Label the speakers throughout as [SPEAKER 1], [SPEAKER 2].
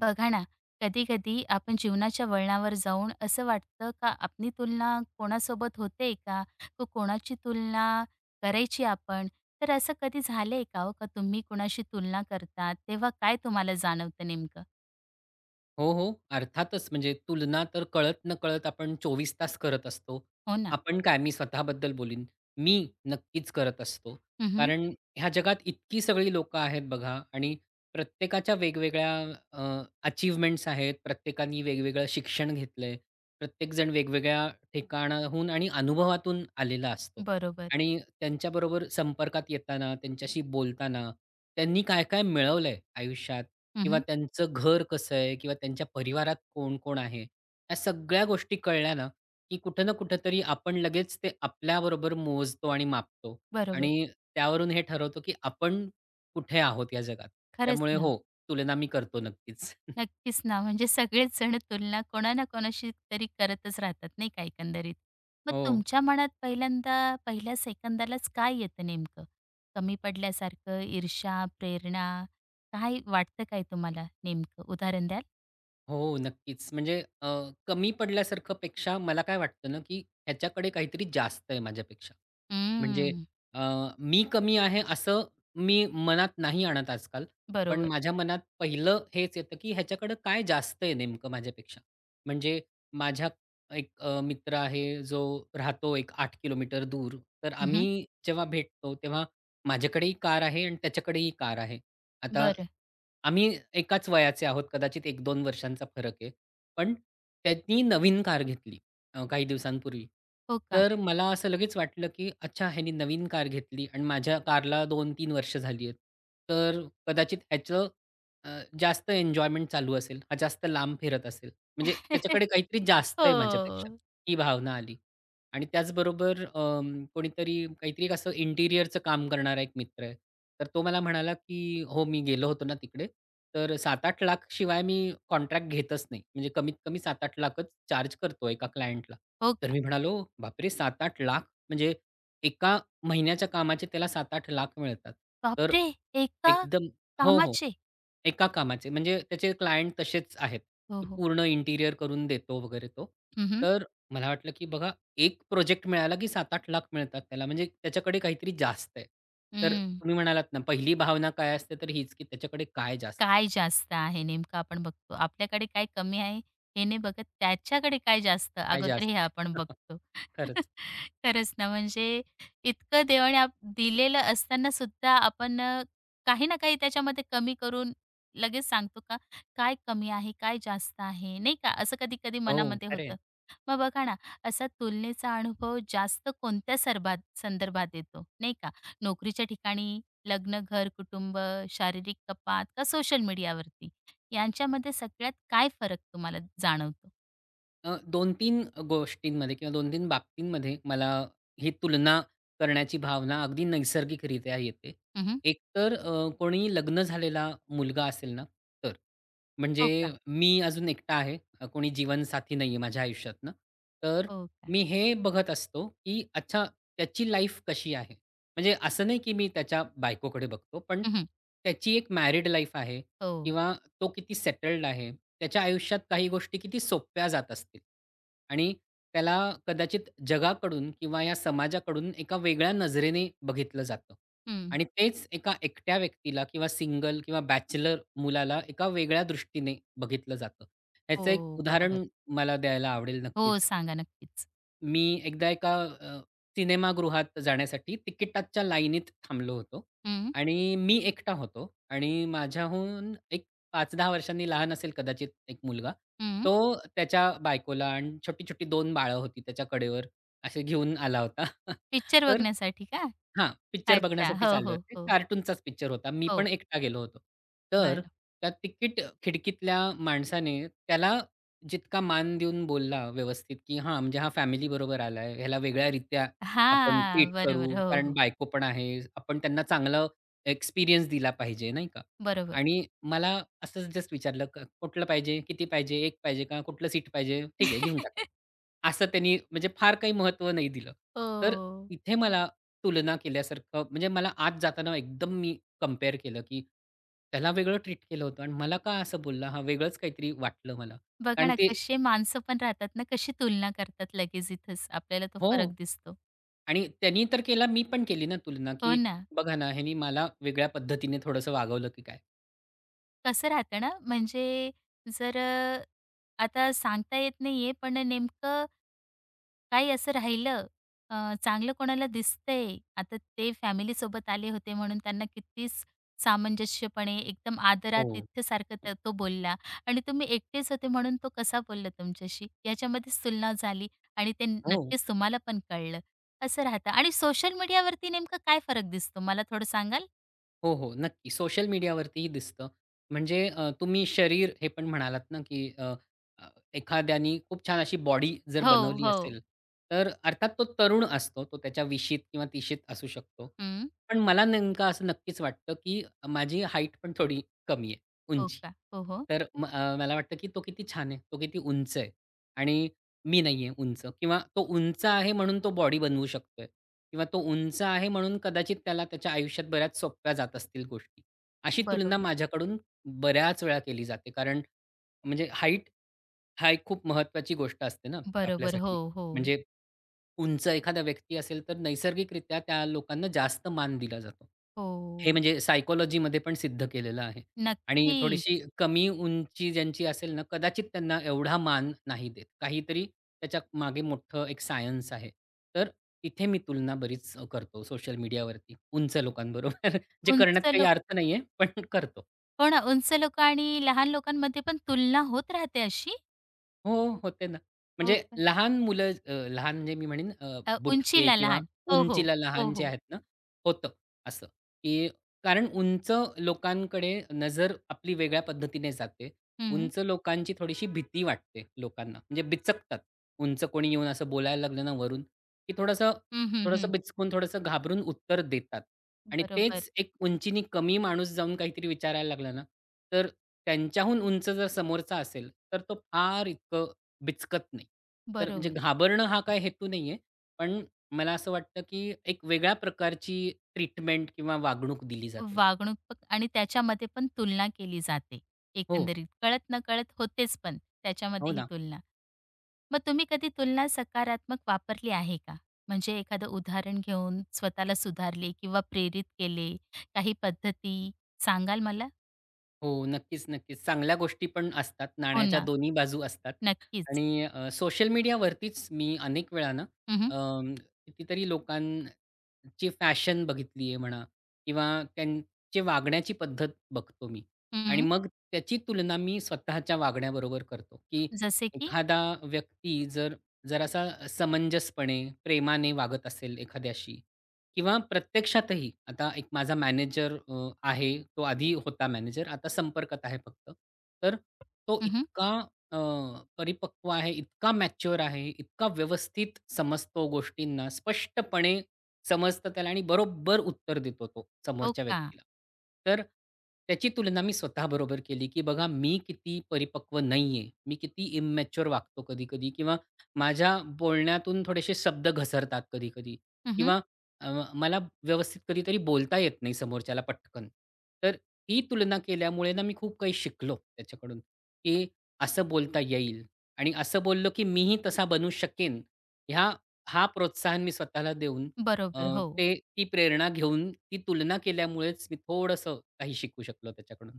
[SPEAKER 1] बघा ना, कधी-कधी आपण जीवनाच्या वळणावर जाऊन असं वाटतं का आपली तुलना कोणासोबत होते का? कोणाची तुलना करायची आपण? तर असं कधी झालंय का हो, का तुम्ही कोणाशी तुलना करता, तेव्हा काय तुम्हाला जाणवतं नेमकं?
[SPEAKER 2] हो, हो. अर्थातच म्हणजे तुलना तर कळत-नकळत आपण 24 तास करत असतो.
[SPEAKER 1] हो ना.
[SPEAKER 2] आपण काय मी स्वतःबद्दल बोलीन. मी नक्कीच करत असतो.
[SPEAKER 1] हं,
[SPEAKER 2] कारण ह्या जगात इतकी सगळी लोकं आहेत बघा आणि प्रत्येकाच्या वेगवेगळ्या अ, अचीव्हमेंट्स आहेत. प्रत्येकाने वेगवेगळं शिक्षण घेतलंय. प्रत्येकजण वेगवेगळ्या ठिकाणाहून आणि अनुभवातून आलेला असतो
[SPEAKER 1] बरोबर.
[SPEAKER 2] आणि त्यांच्याबरोबर संपर्कात येताना, त्यांच्याशी बोलताना, त्यांनी काय-काय मिळवलंय आयुष्यात किंवा
[SPEAKER 1] हं,
[SPEAKER 2] त्यांचं घर कसं आहे किंवा त्यांच्या परिवारात कोण-कोण आहे? ह्या सगळ्या गोष्टी कळल्या ना, की कुठं ना कुठेतरी आपण लगेच ते आपल्याबरोबर मोजतो आणि मापतो
[SPEAKER 1] बरोबर.
[SPEAKER 2] आणि त्यावरून हे ठरवतो, की आपण कुठे आहोत या जगात.
[SPEAKER 1] खरंच
[SPEAKER 2] त्यामुळे
[SPEAKER 1] ना.
[SPEAKER 2] हो, तुलना मी करतो नक्कीच.
[SPEAKER 1] नक्कीच ना, म्हणजे सगळेच जण तुलना कोणा ना कोणाशी तरी करतच राहतात नाही का एकंदरीत. मग
[SPEAKER 2] हो.
[SPEAKER 1] तुमच्या मनात पहिल्यांदा पहिल्या सेकंदालाच काय येतं नेमकं? कमी पडल्यासारखं, ईर्ष्या, प्रेरणा काय वाटतं काय तुम्हाला नेमकं उदाहरण द्याल?
[SPEAKER 2] हो, नक्कीच. म्हणजे कमी पडल्यासारखं पेक्षा मला काय वाटतं ना, की ह्याच्याकडे काहीतरी जास्त आहे माझ्यापेक्षा. म्हणजे
[SPEAKER 1] हम्म.
[SPEAKER 2] अ, मी कमी आहे असं मी मनात नाही आणत आजकाल. पण
[SPEAKER 1] बरोबर.
[SPEAKER 2] माझ्या मनात पहिलं हेच येतं, की ह्याच्याकडे काय जास्त आहे नेमकं माझ्यापेक्षा? म्हणजे माझ्या एक मित्र आहे जो राहतो एक 8 किलोमीटर दूर. तर
[SPEAKER 1] हं,
[SPEAKER 2] आम्ही जेव्हा भेटतो तेव्हा माझ्याकडेही कार आहे आणि त्याच्याकडेही कार आहे. आता
[SPEAKER 1] बरं.
[SPEAKER 2] आम्ही एकाच वयाचे आहोत, कदाचित 1-2 वर्षांचा फरक आहे. पण त्यांनी नवीन कार घेतली काही दिवसांपूर्वी.
[SPEAKER 1] हो का?
[SPEAKER 2] तर मला असं लगेच वाटलं, की अच्छा ह्यानी नवीन कार घेतली आणि माझ्या कारला 2-3 वर्ष झाली आहेत. तर कदाचित ह्याचं अ, जास्त एन्जॉयमेंट चालू असेल, हा जास्त लांब फिरत असेल. म्हणजे त्याच्याकडे काहीतरी जास्त आहे माझ्यापेक्षा,
[SPEAKER 1] हो.
[SPEAKER 2] ही भावना आली. आणि त्याचबरोबर कोणीतरी काहीतरी एक असं इंटिरियरचं काम करणारा एक मित्र आहे. तर तो मला म्हणाला, की "हो, मी गेलो होतो ना तिकडे, तर 7-8 लाख शिवाय मी कॉन्ट्रॅक्ट घेतच नाही. म्हणजे कमीत कमी 7-8 लाखच चार्ज करतो एका क्लायंटला."
[SPEAKER 1] हो
[SPEAKER 2] तर
[SPEAKER 1] का?
[SPEAKER 2] मी म्हणालो, "बापरे! 7-8 लाख म्हणजे एका महिन्याच्या कामाचे त्याला 7-8 लाख मिळतात." तर
[SPEAKER 1] बापरे! एका
[SPEAKER 2] एकदम हो, हो.
[SPEAKER 1] कामाचे?
[SPEAKER 2] एका कामाचे म्हणजे त्याचे क्लायंट तसेच आहेत,
[SPEAKER 1] हो,
[SPEAKER 2] की
[SPEAKER 1] हो.
[SPEAKER 2] पूर्ण इंटिरियर करून देतो वगैरे तो.
[SPEAKER 1] हं, हं.
[SPEAKER 2] तर मला वाटलं, की बघा एक प्रोजेक्ट मिळाला, की 7-8 लाख मिळतात त्याला. म्हणजे त्याच्याकडे काहीतरी जास्त आहे. तर तुम्ही म्हणालात ना, पहिली भावना काय असते तर हीच, की त्याच्याकडे काय जास्त आहे?
[SPEAKER 1] काय जास्त आहे नेमकं आपण बघतो. आपल्याकडे काय कमी आहे हे नाही बघत, त्याच्याकडे काय जास्त
[SPEAKER 2] काय
[SPEAKER 1] अगोदर
[SPEAKER 2] जास्त
[SPEAKER 1] हे
[SPEAKER 2] आहे?
[SPEAKER 1] आपण बघतो.
[SPEAKER 2] खरंच.
[SPEAKER 1] खरंच ना, म्हणजे इतकं देवाने दिलेलं असताना सुद्धा आपण काही ना काही त्याच्यामध्ये कमी करून लगेच सांगतो का, काय कमी आहे, काय जास्त आहे, नाही का? असं कधी-कधी
[SPEAKER 2] हो,
[SPEAKER 1] मनामध्ये
[SPEAKER 2] खरं
[SPEAKER 1] होतं. मग बघा ना, असा तुलनेचा अनुभव जास्त कोणत्या संदर्भात येतो, नाही का? नोकरीच्या ठिकाणी लग्न, घर, कुटुंब, शारीरिक कपात का सोशल मीडियावरती? यांच्यामध्ये सगळ्यात काय फरक तुम्हाला जाणवतो?
[SPEAKER 2] 2-3 गोष्टींमध्ये किंवा 2-3 बाबतींमध्ये मला ही तुलना करण्याची भावना अगदी नैसर्गिकरित्या येते.
[SPEAKER 1] हं,
[SPEAKER 2] एकतर कोणी लग्न झालेला मुलगा असेल ना, तर. म्हणजे
[SPEAKER 1] हो का?
[SPEAKER 2] मी अजून एकटा आहे. कोणी जीवनसाथी नाहीये माझ्या आयुष्यातनं. तर
[SPEAKER 1] हो का?
[SPEAKER 2] मी हे बघत असतो, की अच्छा त्याची लाईफ कशी आहे? म्हणजे असं नाही, की मी त्याच्या बायकोकडे बघतो, पण
[SPEAKER 1] हं,
[SPEAKER 2] त्याची एक मॅरिड लाईफ आहे
[SPEAKER 1] हो.
[SPEAKER 2] किंवा तो किती सेटल्ड आहे, त्याच्या आयुष्यात काही गोष्टी किती सोप्या जात असतील आणि त्याला कदाचित जगाकडून किंवा या समाजाकडून एका वेगळ्या नजरेने बघितलं जातं
[SPEAKER 1] हं.
[SPEAKER 2] आणि तेच एका एकट्या व्यक्तीला किंवा सिंगल किंवा बॅचलर मुलाला एका वेगळ्या दृष्टीने बघितलं जातं. ह्याचं एक
[SPEAKER 1] हो, बरोबर.
[SPEAKER 2] उदाहरण मला द्यायला आवडेल
[SPEAKER 1] हो,
[SPEAKER 2] नक्कीच.
[SPEAKER 1] सांगा नक्कीच.
[SPEAKER 2] मी एकदा एका अ, सिनेमागृहात जाण्यासाठी तिकिटाच्या लाईनीत थांबलो होतो
[SPEAKER 1] हं,
[SPEAKER 2] आणि मी एकटा होतो आणि माझ्याहून एक 5-10 वर्षांनी लहान असेल कदाचित एक मुलगा.
[SPEAKER 1] हं.
[SPEAKER 2] तो त्याच्या बायकोला आणि छोटी-छोटी 2 बाळं होती त्याच्या कडेवर असे घेऊन आला होता.
[SPEAKER 1] पिक्चर
[SPEAKER 2] तर
[SPEAKER 1] बघण्यासाठी का?
[SPEAKER 2] हां, पिक्चर
[SPEAKER 1] अच्छा.
[SPEAKER 2] बघण्यासाठीच
[SPEAKER 1] हो,
[SPEAKER 2] आले
[SPEAKER 1] हो,
[SPEAKER 2] होते.
[SPEAKER 1] हो.
[SPEAKER 2] कार्टूनचाच पिक्चर होता. मी पण
[SPEAKER 1] हो,
[SPEAKER 2] एकटा गेलो होतो. तर
[SPEAKER 1] बरं.
[SPEAKER 2] त्या तिकीट खिडकीतल्या माणसाने त्याला जितका मान देऊन बोलला व्यवस्थित, की हां, म्हणजे हा फॅमिलीबरोबर आलाय. ह्याला वेगळ्या रित्या आपण
[SPEAKER 1] हां,
[SPEAKER 2] ट्रीट करू,
[SPEAKER 1] बरोबर. हो,
[SPEAKER 2] कारण
[SPEAKER 1] हो.
[SPEAKER 2] बायको पण आहे. आपण त्यांना चांगला एक्सपिरियन्स दिला पाहिजे, नाही का?
[SPEAKER 1] बरोबर.
[SPEAKER 2] आणि मला असंच जस्ट विचारलं, "कुठलं पाहिजे? किती पाहिजे? 1 पाहिजे का? कुठलं सीट पाहिजे? ठीक आहे, घेऊन टाका." असं त्यांनी म्हणजे फार काही महत्त्व नाही दिलं. तर
[SPEAKER 1] हो.
[SPEAKER 2] तिथे मला तुलना केल्यासारखं म्हणजे मला आत जाताना एकदम मी कंपेअर केलं, की त्याला वेगळं ट्रीट केलं होतं आणि मला का असं बोलला हा? वेगळंच काहीतरी वाटलं मला.
[SPEAKER 1] बघा
[SPEAKER 2] कारण
[SPEAKER 1] ना,
[SPEAKER 2] ते
[SPEAKER 1] कसे माणसं पण राहतात ना, कशी तुलना करतात लगेच इथंच आपल्याला तो
[SPEAKER 2] हो.
[SPEAKER 1] फरक दिसतो.
[SPEAKER 2] आणि त्यांनी तर केला, मी पण केली ना तुलना,
[SPEAKER 1] हो
[SPEAKER 2] की
[SPEAKER 1] ना.
[SPEAKER 2] बघा ना, ह्यानी मला वेगळ्या पद्धतीने थोडंसं वागवलं की काय?
[SPEAKER 1] कसं राहतं ना, म्हणजे जर आता सांगता येत नाहीये, पण नेमकं काही असं राहिलं, अ, चांगलं कोणाला दिसतंय. आता ते फॅमिलीसोबत आले होते म्हणून त्यांना कितीच सामंजस्यपणे एकदम
[SPEAKER 2] हो.
[SPEAKER 1] आदरातिथ्यसारखं तो बोलला आणि तुम्ही एकटेच होते म्हणून तो कसा बोलला तुमच्याशी, याच्यामध्येच तुलना झाली आणि ते
[SPEAKER 2] हो.
[SPEAKER 1] नक्कीच तुम्हाला पण कळलं, असं राहतं. आणि सोशल मीडियावरती नेमकं काय फरक दिसतो, मला थोडं सांगाल?
[SPEAKER 2] हो, हो. नक्की. सोशल मीडियावरतीही दिसतं. म्हणजे तुम्ही शरीर हे पण म्हणालात ना, की अ, अ, एखाद्यानी खूप छान अशी बॉडी जर
[SPEAKER 1] हो,
[SPEAKER 2] बनवली
[SPEAKER 1] हो.
[SPEAKER 2] असेल, तर अर्थात तो तरुण असतो. तो त्याच्या विशीत किंवा तिशीत असू शकतो.
[SPEAKER 1] हं.
[SPEAKER 2] पण मला नेमकं असं नक्कीच वाटतं, की माझी हाईट पण थोडी कमी आहे,
[SPEAKER 1] हो
[SPEAKER 2] उंची.
[SPEAKER 1] का? हो, हो.
[SPEAKER 2] तर मला वाटतं, की तो किती छान आहे, तो किती उंच आहे आणि मी नाहीये उंच किंवा तो उंच आहे म्हणून तो बॉडी बनवू शकतोय किंवा तो उंच आहे म्हणून कदाचित त्याला त्याच्या आयुष्यात बऱ्याच सोप्या जात असतील गोष्टी. अशी तुलना
[SPEAKER 1] बरोबर.
[SPEAKER 2] माझ्याकडून बऱ्याच वेळा केली जाते. कारण म्हणजे हाईट, हा एक खूप महत्त्वाची गोष्ट असते ना
[SPEAKER 1] बरोबर. हो,
[SPEAKER 2] आपल्यासाठी.
[SPEAKER 1] हो.
[SPEAKER 2] म्हणजे उंच एखादा व्यक्ती असेल, तर नैसर्गिकरित्या त्या लोकांना जास्त मान दिला जातो. हे
[SPEAKER 1] हो.
[SPEAKER 2] म्हणजे सायकॉलॉजीमध्ये पण सिद्ध केलेलं आहे. आणि
[SPEAKER 1] नक्कीच.
[SPEAKER 2] थोडीशी कमी उंची ज्यांची असेल ना, कदाचित त्यांना एवढा मान नाही देत. काहीतरी त्याच्यामागे मोठं एक सायन्स आहे. तर तिथे मी तुलना बरीच करतो सोशल मीडियावरती उंच लोकांबरोबर. जे करण्यात
[SPEAKER 1] उंच
[SPEAKER 2] काही
[SPEAKER 1] लोक
[SPEAKER 2] अर्थ नाहीये, पण करतो.
[SPEAKER 1] हो ना, उंच लोकं आणि लहान लोकांमध्ये पण तुलना होत राहते अशी?
[SPEAKER 2] हो, हो, होते ना.
[SPEAKER 1] हो
[SPEAKER 2] म्हणजे
[SPEAKER 1] का?
[SPEAKER 2] लहान मुलं लहान म्हणजे मी म्हणेन
[SPEAKER 1] अ,
[SPEAKER 2] बुटके
[SPEAKER 1] उंचीला
[SPEAKER 2] किंवा
[SPEAKER 1] लहान. हो, हो.
[SPEAKER 2] उंचीला
[SPEAKER 1] हो,
[SPEAKER 2] लहान जे
[SPEAKER 1] हो.
[SPEAKER 2] आहेत ना, होतं असं, की कारण उंच लोकांकडे नजर आपली वेगळ्या पद्धतीने जाते.
[SPEAKER 1] हं.
[SPEAKER 2] उंच लोकांची थोडीशी भीती वाटते लोकांना. म्हणजे बिचकतात. उंच कोणी येऊन असं बोलायला लागलं ना वरून, की थोडंसं
[SPEAKER 1] हं, हं,
[SPEAKER 2] थोडंसं
[SPEAKER 1] हं.
[SPEAKER 2] बिचकून, थोडंसं घाबरून उत्तर देतात आणि
[SPEAKER 1] बरोबर,
[SPEAKER 2] तेच एक उंचीनी कमी माणूस जाऊन काहीतरी विचारायला लागला ना, तर त्यांच्याहून उंच जर समोरचा असेल, तर तो फार इतकं बिचकत नाही. तर म्हणजे
[SPEAKER 1] बरोबर.
[SPEAKER 2] घाबरणं हा काही हेतू नाही आहे. पण मला असं वाटतं, की एक वेगळ्या प्रकारची ट्रीटमेंट किंवा वागणूक दिली जाते.
[SPEAKER 1] वागणूक प आणि त्याच्यामध्ये पण तुलना केली जाते.
[SPEAKER 2] हो,
[SPEAKER 1] एकंदरीत कळत-नकळत होतेच पण
[SPEAKER 2] हो
[SPEAKER 1] त्याच्यामध्ये ही
[SPEAKER 2] ना.
[SPEAKER 1] तुलना. मग तुम्ही कधी तुलना सकारात्मक वापरली आहे का? म्हणजे एखादं उदाहरण घेऊन स्वतःला सुधारले किंवा प्रेरित केले, काही पद्धती सांगाल मला?
[SPEAKER 2] हो, नक्कीच, नक्कीच. चांगल्या गोष्टी पण असतात.
[SPEAKER 1] हो
[SPEAKER 2] नाण्याच्या
[SPEAKER 1] ना,
[SPEAKER 2] दोन्ही बाजू असतात
[SPEAKER 1] नक्कीच.
[SPEAKER 2] आणि सोशल मीडियावरतीच मी अनेक वेळा ना
[SPEAKER 1] हं, हं.
[SPEAKER 2] अ, कितीतरी लोकां ची फॅशन बघितली आहे म्हणा किंवा त्यांची वागण्याची पद्धत बघतो मी आणि मग त्याची तुलना मी स्वतःच्या वागण्याबरोबर करतो, की
[SPEAKER 1] जसे की?
[SPEAKER 2] एखादा व्यक्ती जर जरासा समंजसपणे, प्रेमाने वागत असेल एखाद्याशी किंवा प्रत्यक्षातही आता एक माझा मॅनेजर आहे. तो आधी होता मॅनेजर, आता संपर्कात आहे फक्त. तर तो
[SPEAKER 1] हं,
[SPEAKER 2] इतका अ, परिपक्व आहे, इतका मॅच्युअर आहे, इतका व्यवस्थित समजतो गोष्टींना, स्पष्टपणे समजतं त्याला आणि बरोबर उत्तर देतो तो
[SPEAKER 1] हो
[SPEAKER 2] समोरच्या
[SPEAKER 1] का?
[SPEAKER 2] व्यक्तीला. तर त्याची तुलना मी स्वतःबरोबर केली, की बघा मी किती परिपक्व नाहीये. मी किती इमॅच्युअर वागतो कधी-कधी किंवा माझ्या बोलण्यातून थोडेसे शब्द घसरतात कधी-कधी
[SPEAKER 1] हं,
[SPEAKER 2] किंवा मला व्यवस्थित कधीतरी बोलता येत नाही समोरच्याला पटकन. तर ही तुलना केल्यामुळे ना मी खूप काही शिकलो त्याच्याकडून, की असं बोलता येईल आणि असं बोललो, की मीही तसा बनू शकेन. ह्या हा प्रोत्साहन मी स्वतःला देऊन अ,
[SPEAKER 1] बरोबर. हो.
[SPEAKER 2] ते ती प्रेरणा घेऊन ती तुलना केल्यामुळेच मी थोडंसं काही शिकू शकलो त्याच्याकडून.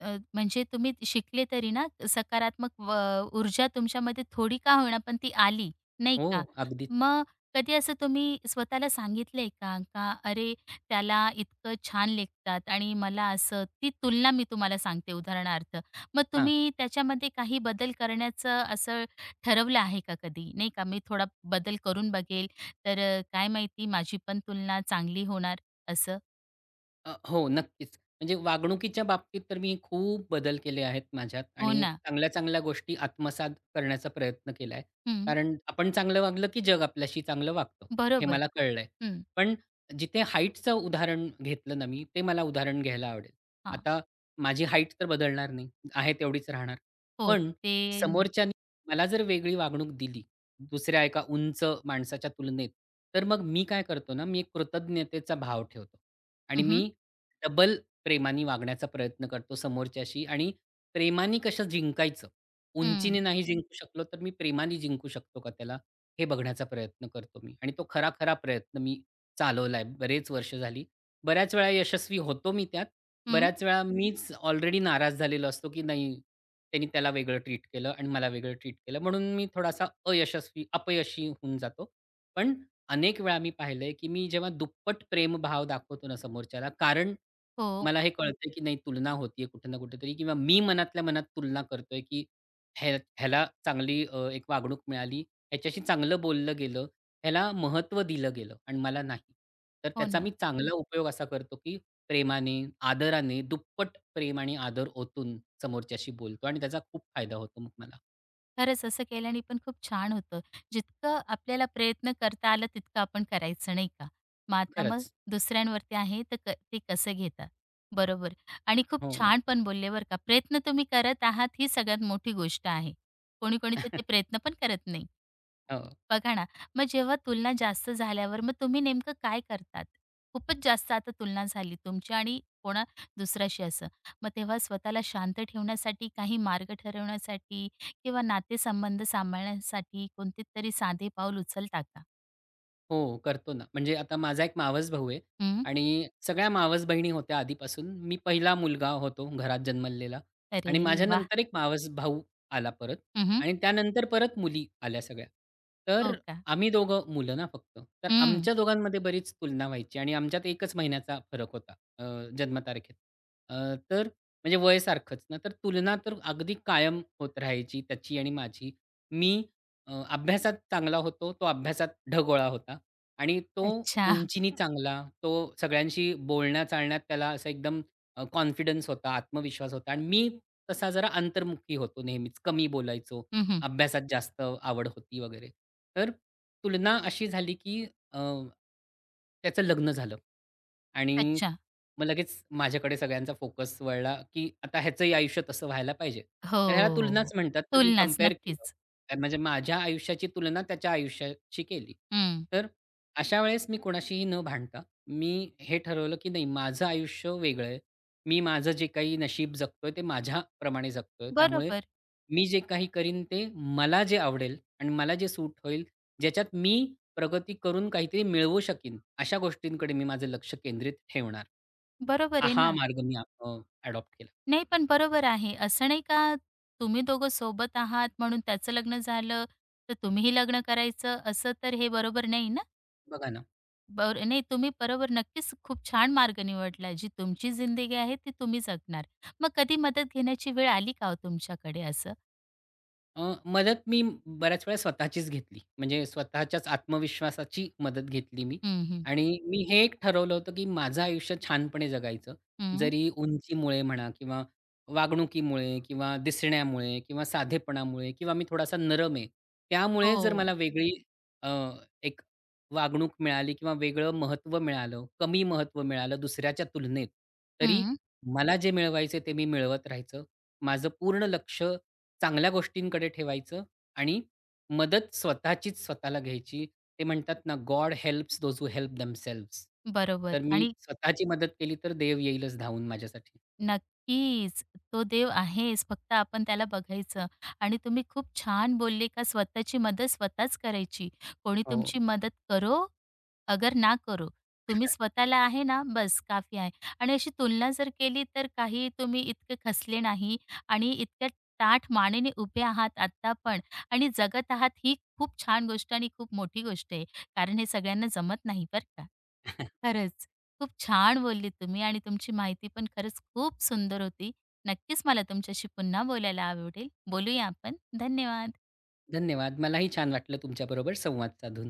[SPEAKER 1] म्हणजे तुम्ही शिकले तरी ना सकारात्मक ऊर्जा तुमच्यामध्ये थोडी का होईना पण ती आली, नाही
[SPEAKER 2] हो,
[SPEAKER 1] का?
[SPEAKER 2] अगदीच.
[SPEAKER 1] मग कधी असं तुम्ही स्वतःला सांगितलंय का, का "अरे, त्याला इतकं छान लेखतात आणि मला असं" ती तुलना मी तुम्हाला सांगते उदाहरणार्थ. मग
[SPEAKER 2] हां.
[SPEAKER 1] तुम्ही त्याच्यामध्ये काही बदल करण्याचं असं ठरवलं आहे का कधी? नाही का, मी थोडा बदल करून बघेल, तर काय माहिती माझी पण तुलना चांगली होणार असं.
[SPEAKER 2] हो, नक्कीच. म्हणजे वागणुकीच्या बाबतीत तर मी खूप बदल केले आहेत माझ्यात
[SPEAKER 1] हो
[SPEAKER 2] आणि
[SPEAKER 1] ना.
[SPEAKER 2] चांगल्या-चांगल्या गोष्टी आत्मसात करण्याचा प्रयत्न केला आहे.
[SPEAKER 1] हं.
[SPEAKER 2] कारण आपण चांगलं वागलं, की जग आपल्याशी चांगलं वागतं, हे
[SPEAKER 1] बरोबर.
[SPEAKER 2] मला कळलंय.
[SPEAKER 1] हं.
[SPEAKER 2] पण जिथे हाईटचं उदाहरण घेतलं ना मी, ते मला उदाहरण घ्यायला आवडेल.
[SPEAKER 1] हां.
[SPEAKER 2] आता माझी हाईट तर बदलणार नाही, आहे तेवढीच राहणार.
[SPEAKER 1] हो,
[SPEAKER 2] पण
[SPEAKER 1] ते नाही.
[SPEAKER 2] समोरच्याने मला जर वेगळी वागणूक दिली, दुसऱ्या एका उंच माणसाच्या तुलनेत, तर मग मी काय करतो ना, मी एक कृतज्ञतेचा भाव ठेवतो. आणि
[SPEAKER 1] हं,
[SPEAKER 2] मी डबल प्रेमाने वागण्याचा प्रयत्न करतो समोरच्याशी आणि प्रेमाने कसं जिंकायचं?
[SPEAKER 1] हं,
[SPEAKER 2] उंचीने नाही जिंकू शकलो, तर मी प्रेमाने जिंकू शकतो का त्याला? हे बघण्याचा प्रयत्न करतो मी आणि तो खरा-खरा प्रयत्न मी चालवलाय बरेच वर्ष झाली. बऱ्याच वेळा यशस्वी होतो मी त्यात.
[SPEAKER 1] हं.
[SPEAKER 2] बऱ्याच वेळा मीच ऑलरेडी नाराज झालेलो असतो, की नाही त्यांनी त्याला वेगळं ट्रीट केलं आणि मला वेगळं ट्रीट केलं. म्हणून मी थोडासा अयशस्वी अपयशी होऊन जातो. पण अनेक वेळा मी पाहिलंय, की मी जेव्हा दुप्पट प्रेमभाव दाखवतो ना समोरच्याला, कारण
[SPEAKER 1] हो,
[SPEAKER 2] मला हे कळतंय, की नाही तुलना होतीये कुठे ना कुठेतरी किंवा मी मनातल्या मनात तुलना करतोय, की ह्याला चांगली एक वागणूक मिळाली, ह्याच्याशी चांगलं बोललं गेलं, ह्याला महत्त्व दिलं गेलं आणि मला नाही. तर
[SPEAKER 1] हो
[SPEAKER 2] त्याचा मी
[SPEAKER 1] ना.
[SPEAKER 2] चांगला उपयोग असा करतो, की प्रेमाने, आदराने, दुप्पट प्रेम आणि आदर ओतून समोरच्याशी बोलतो आणि त्याचा खूप फायदा होतो मग मला.
[SPEAKER 1] खरंच असं केल्याने पण खूप छान होतं. जितकं आपल्याला प्रयत्न करता आला तितकं आपण करायचं, नाही का? मग आता मग
[SPEAKER 2] खरंच.
[SPEAKER 1] दुसऱ्यांवरती आहे तर ते कसं घेतात. बरोबर आणि खूप
[SPEAKER 2] हो.
[SPEAKER 1] छान पण बोलले बरं का. प्रयत्न तुम्ही करत आहात ही सगळ्यात मोठी गोष्ट आहे. कोणी-कोणी तर ते प्रयत्न पण करत नाही.
[SPEAKER 2] हो.
[SPEAKER 1] बघा ना, मग जेव्हा तुलना जास्त झाल्यावर मग तुम्ही नेमकं काय करतात? खूपच जास्त आता तुलना झाली तुमची आणि कोणा दुसऱ्याशी असं. मग तेव्हा स्वतःला शांत ठेवण्यासाठी काही मार्ग ठरवण्यासाठी किंवा नातेसंबंध सांभाळण्यासाठी कोणते तरी साधे पाऊल उचलता का?
[SPEAKER 2] हो, करतो ना. म्हणजे आता माझा एक मावस भाऊ आहे
[SPEAKER 1] हं.
[SPEAKER 2] आणि सगळ्या मावस बहिणी होत्या आधीपासून. मी पहिला मुलगा होतो घरात जन्मलेला आणि
[SPEAKER 1] अरे वाह!
[SPEAKER 2] माझ्यानंतर एक मावस भाऊ आला परत
[SPEAKER 1] हं,
[SPEAKER 2] आणि त्यानंतर परत मुली आल्या सगळ्या.
[SPEAKER 1] हो
[SPEAKER 2] तर
[SPEAKER 1] का?
[SPEAKER 2] आम्ही दोघं मुलं ना फक्त. तर
[SPEAKER 1] हं.
[SPEAKER 2] आमच्या दोघांमध्ये बरीच तुलना व्हायची आणि आमच्यात 1च महिन्याचा फरक होता अ, जन्मतारखेत. अ, तर म्हणजे वय सारखंच ना. तर तुलना तर अगदी कायम होत राहायची त्याची आणि माझी. मी अभ्यासात चांगला होतो, तो अभ्यासात ढगोळा होता. आणि तो
[SPEAKER 1] अच्छा.
[SPEAKER 2] उंचीनी चांगला, तो सगळ्यांशी बोलण्या-चालण्यात त्याला असा एकदम कॉन्फिडन्स होता, आत्मविश्वास होता आणि मी तसा जरा अंतर्मुखी होतो नेहमीच, कमी बोलायचो,
[SPEAKER 1] हं.
[SPEAKER 2] अभ्यासात जास्त आवड होती वगैरे. तर तुलना अशी झाली की त्याचं लग्न झालं आणि
[SPEAKER 1] अच्छा.
[SPEAKER 2] मग लगेच माझ्याकडे सगळ्यांचा फोकस वळला, की आता ह्याचंही आयुष्य तसं व्हायला पाहिजे.
[SPEAKER 1] हो.
[SPEAKER 2] तर ह्याला तुलनाच म्हणतात ना, की
[SPEAKER 1] तुलनाच.
[SPEAKER 2] कंपेअर केलं.
[SPEAKER 1] नक्कीच.
[SPEAKER 2] तर म्हणजे माझ्या आयुष्याची तुलना त्याच्या आयुष्याशी केली.
[SPEAKER 1] हं.
[SPEAKER 2] तर अशा वेळेस मी कोणाशीही न भांडता, मी हे ठरवलं, की नाही माझं आयुष्य वेगळं आहे. मी माझं जे काही नशीब जगतोय ते माझ्याप्रमाणे जगतोय. त्यामुळे
[SPEAKER 1] बरोबर.
[SPEAKER 2] मी जे काही करीन ते मला जे आवडेल आणि मला जे सूट होईल, ज्याच्यात मी प्रगती करून काहीतरी मिळवू शकीन, अशा गोष्टींकडे मी माझं लक्ष केंद्रित ठेवणार.
[SPEAKER 1] बरोबर आहे
[SPEAKER 2] हा
[SPEAKER 1] ना.
[SPEAKER 2] मार्ग मी अ, अडॉप्ट केला.
[SPEAKER 1] नाही, पण बरोबर आहे. असं नाही का तुम्ही दोघं सोबत आहात म्हणून त्याचं लग्न झालं, तर तुम्हीही लग्न करायचं असं तर हे बरोबर नाही ना.
[SPEAKER 2] बघा ना.
[SPEAKER 1] बर नाही तुम्ही बरोबर नक्कीच खूप छान मार्ग निवडला. जी तुमची जिंदगी आहे ती तुम्ही जगणार. मग कधी मदत घेण्याची वेळ आली का हो तुमच्याकडे असं?
[SPEAKER 2] अ, मदत मी बऱ्याच वेळा स्वतःचीच घेतली. म्हणजे स्वतःच्याच आत्मविश्वासाची मदत घेतली मी
[SPEAKER 1] हं, हं.
[SPEAKER 2] आणि मी हे एक ठरवलं होतं, की माझं आयुष्य छानपणे जगायचं.
[SPEAKER 1] हं.
[SPEAKER 2] जरी उंचीमुळे म्हणा किंवा वागणुकीमुळे किंवा दिसण्यामुळे किंवा साधेपणामुळे किंवा मी थोडासा नरम आहे. त्यामुळे जर
[SPEAKER 1] हो.
[SPEAKER 2] मला वेगळी अ, एक वागणूक मिळाली किंवा वेगळं महत्त्व मिळालं, कमी महत्त्व मिळालं दुसऱ्याच्या तुलनेत, तरी
[SPEAKER 1] हं.
[SPEAKER 2] मला जे मिळवायचे ते मी मिळवत राहायचं. माझं पूर्ण लक्ष चांगल्या गोष्टींकडे ठेवायचं आणि मदत स्वतःचीच स्वतःला घ्यायची. ते म्हणतात ना, "God helps those who help themselves." तर
[SPEAKER 1] बरोबर
[SPEAKER 2] मी
[SPEAKER 1] आणि
[SPEAKER 2] स्वतःची मदत केली तर देव येईलच धावून माझ्यासाठी.
[SPEAKER 1] नक्कीच. तो देव आहेच. फक्त आपण त्याला बघायचं आणि तुम्ही खूप छान बोलले का स्वतःची मदत स्वतःच करायची. कोणी
[SPEAKER 2] हो.
[SPEAKER 1] तुमची मदत करो, अगर ना करो. तुम्ही स्वतःला आहे ना, बस काफी आहे. आणि अशी तुलना जर केली तर काही तुम्ही इतके खसले नाही आणि इतक्या ताठ मानेने उभे आहात आत्ता पण आणि जगत आहात ही खूप छान गोष्ट आणि खूप मोठी गोष्ट आहे. कारण हे सगळ्यांना जमत नाही बरं का. खरंच. खूप छान बोललीत तुम्ही आणि तुमची माहिती पण खरंच खूप सुंदर होती. नक्कीच मला तुमच्याशी पुन्हा बोलायला आवडेल. बोलूया आपण. धन्यवाद.
[SPEAKER 2] धन्यवाद. मलाही छान वाटलं तुमच्याबरोबर संवाद साधून.